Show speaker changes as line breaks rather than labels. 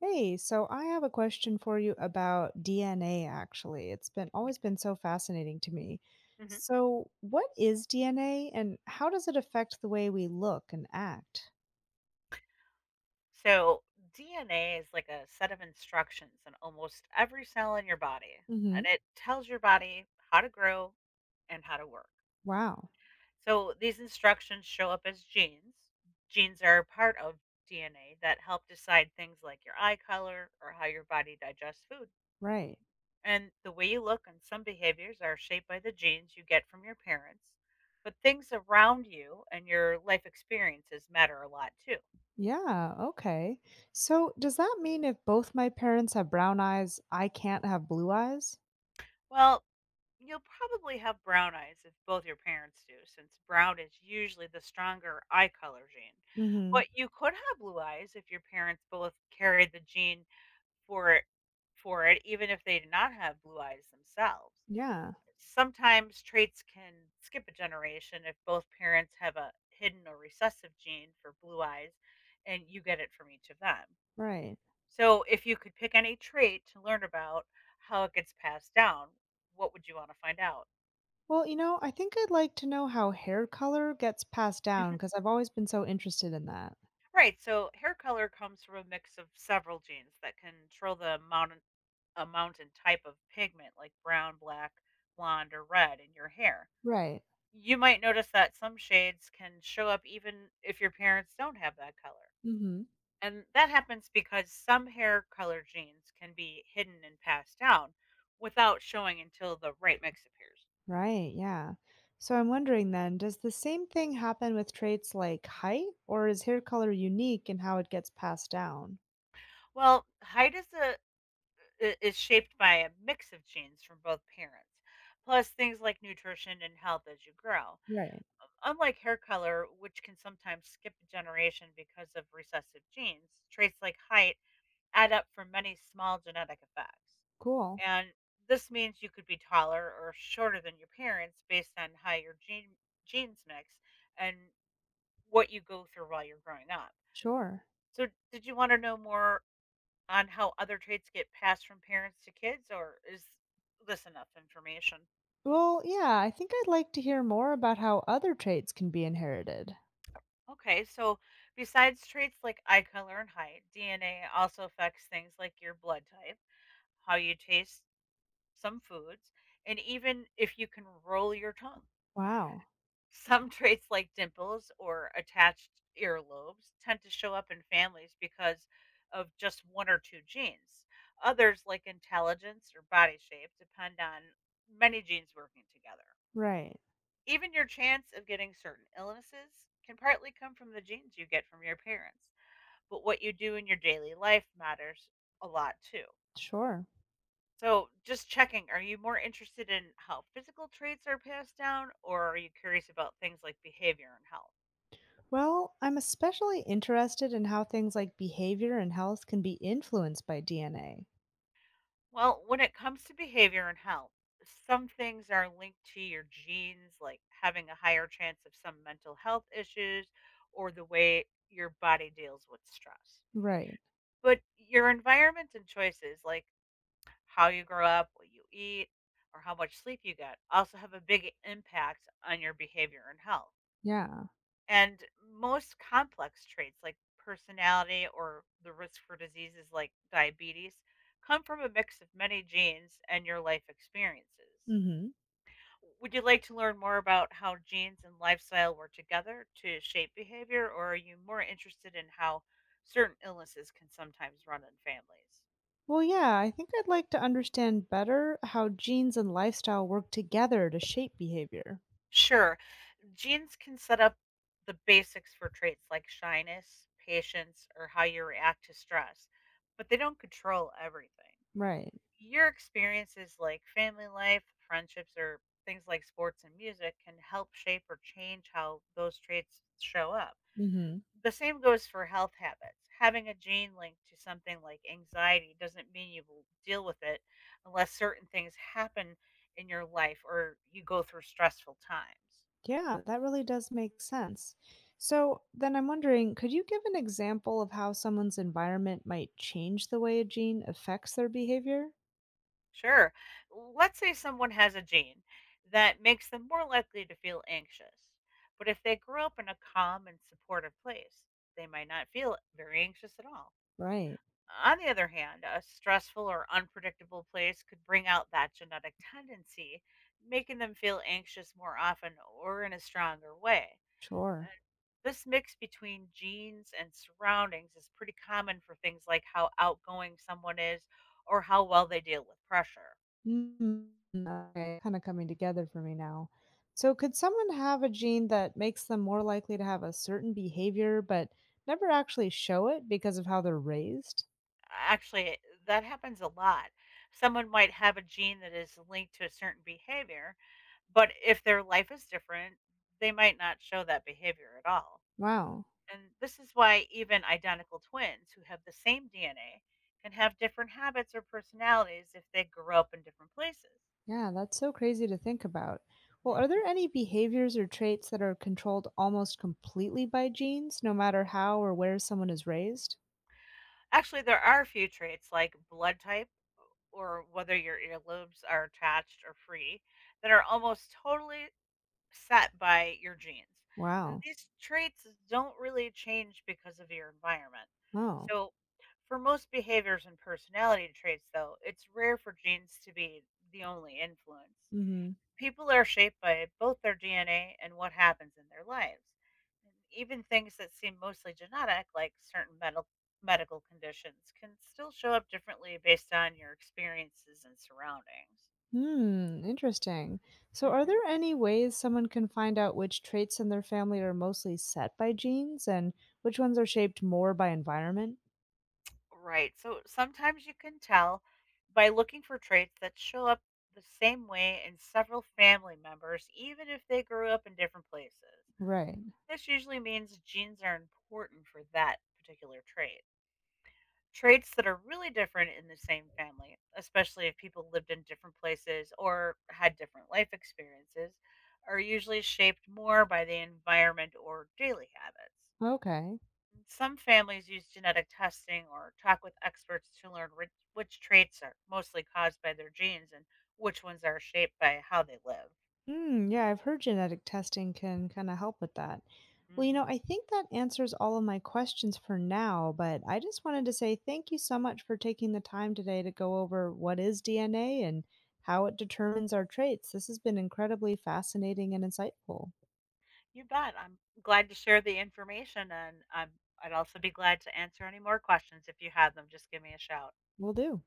Hey, so I have a question for you about DNA actually. It's been always been so fascinating to me.
Hmm.
So, what is DNA and how does it affect the way we look and act?
So, DNA is like a set of instructions in almost every cell in your body, and
Hmm.
it tells your body how to grow and how to work.
Wow.
So, these instructions show up as genes. Genes are part of DNA that help decide things like your eye color or how your body digests food.
Right.
And the way you look and some behaviors are shaped by the genes you get from your parents, but things around you and your life experiences matter a lot too.
Yeah, okay. So, does that mean if both my parents have brown eyes, I can't have blue eyes?
Well, you'll probably have brown eyes if both your parents do, since brown is usually the stronger eye color gene.
Hmm.
But you could have blue eyes if your parents both carried the gene for it, for it even if they did not have blue eyes themselves.
Yeah,
Sometimes traits can skip a generation if both parents have a hidden or recessive gene for blue eyes and you get it from each of them.
right.
So, if you could pick any trait to learn about how it gets passed down, what would you want to find out?
Well, I think I'd like to know how hair color gets passed down
Mhm.
because I've always been so interested in that.
Right. So, hair color comes from a mix of several genes that control the amount and type of pigment, like brown, black, blonde, or red, in your hair.
Right.
You might notice that some shades can show up even if your parents don't have that color.
Mhm.
And that happens because some hair color genes can be hidden and passed down without showing until the right mix appears.
Right, yeah. So I'm wondering then, does the same thing happen with traits like height, or is hair color unique in how it gets passed down?
Well, height is shaped by a mix of genes from both parents, plus things like nutrition and health as you grow.
Right.
Unlike hair color, which can sometimes skip a generation because of recessive genes, traits like height add up for many small genetic effects.
Cool.
And this means you could be taller or shorter than your parents based on how your genes mix and what you go through while you're growing up.
Sure.
So, did you want to know more on how other traits get passed from parents to kids or is this enough information?
Well, yeah, I think I'd like to hear more about how other traits can be inherited.
Okay, so besides traits like eye color and height, DNA also affects things like your blood type, how you taste some foods, and even if you can roll your tongue.
Wow.
Some traits like dimples or attached earlobes tend to show up in families because of just one or two genes. Others, like intelligence or body shape, depend on many genes working together.
Right.
Even your chance of getting certain illnesses can partly come from the genes you get from your parents, but what you do in your daily life matters a lot too.
Sure.
So, just checking, are you more interested in how physical traits are passed down, or are you curious about things like behavior and health?
Well, I'm especially interested in how things like behavior and health can be influenced by DNA.
Well, when it comes to behavior and health, some things are linked to your genes, like having a higher chance of some mental health issues or the way your body deals with stress.
Right.
But your environment and choices, like how you grow up, what you eat, or how much sleep you get also have a big impact on your behavior and health.
Yeah.
And most complex traits like personality or the risk for diseases like diabetes come from a mix of many genes and your life experiences.
Mhm.
Would you like to learn more about how genes and lifestyle work together to shape behavior, or are you more interested in how certain illnesses can sometimes run in families?
Well, yeah, I think I'd like to understand better how genes and lifestyle work together to shape behavior.
Sure. Genes can set up the basics for traits like shyness, patience, or how you react to stress, but they don't control everything.
Right.
Your experiences like family life, friendships, or things like sports and music can help shape or change how those traits show up.
Hmm.
The same goes for health habits. Having a gene linked to something like anxiety doesn't mean you will deal with it unless certain things happen in your life or you go through stressful times.
Yeah, that really does make sense. So then I'm wondering, could you give an example of how someone's environment might change the way a gene affects their behavior?
Sure. Let's say someone has a gene that makes them more likely to feel anxious. But if they grew up in a calm and supportive place, they might not feel very anxious at all.
Right.
On the other hand, a stressful or unpredictable place could bring out that genetic tendency, making them feel anxious more often or in a stronger way. Uh,
Sure.
This mix between genes and surroundings is pretty common for things like how outgoing someone is or how well they deal with pressure.
Mm. Okay, kind of coming together for me now. So could someone have a gene that makes them more likely to have a certain behavior, but never actually show it because of how they're raised?
Actually, that happens a lot. Someone might have a gene that is linked to a certain behavior, but if their life is different, they might not show that behavior at all.
Wow.
And this is why even identical twins who have the same DNA can have different habits or personalities if they grew up in different places.
Yeah, that's so crazy to think about. Well, are
Mhm.
there any behaviors or traits that are controlled almost completely by genes, no matter how or where someone is raised?
Actually, there are a few traits like blood type or whether your earlobes are attached or free that are almost totally set by your genes. Uh,
Wow.
These traits don't really change because of your environment.
Oh.
So, for most behaviors and personality traits, though, it's rare for genes to be the only influence.
Mm-hmm.
People are shaped by both their DNA and what happens in their lives. And even things that seem mostly genetic, like certain medical conditions, can still show up differently based on your experiences and surroundings.
Hmm. Interesting. So, are there any ways someone can find out which traits in their family are mostly set by genes and which ones are shaped more by environment?
Right. So sometimes you can tell by looking for traits that show up the same way in several family members, even if they grew up in different places.
Right.
This usually means genes are important for that particular trait. Traits that are really different in the same family, especially if people lived in different places or had different life experiences, are usually shaped more by the environment or daily habits.
Okay.
Some families use genetic testing or talk with experts to learn which traits are mostly caused by their genes and which ones are shaped by how they live.
Hmm. Yeah, I've heard genetic testing can kind of help with that. Well,
Hmm.
I think that answers all of my questions for now, but I just wanted to say thank you so much for taking the time today to go over what is DNA and how it determines our traits. This has been incredibly fascinating and insightful.
You bet. I'm glad to share the information, and I'm, I'd also be glad to answer any more questions if you have them. Just give me a shout.
Will do.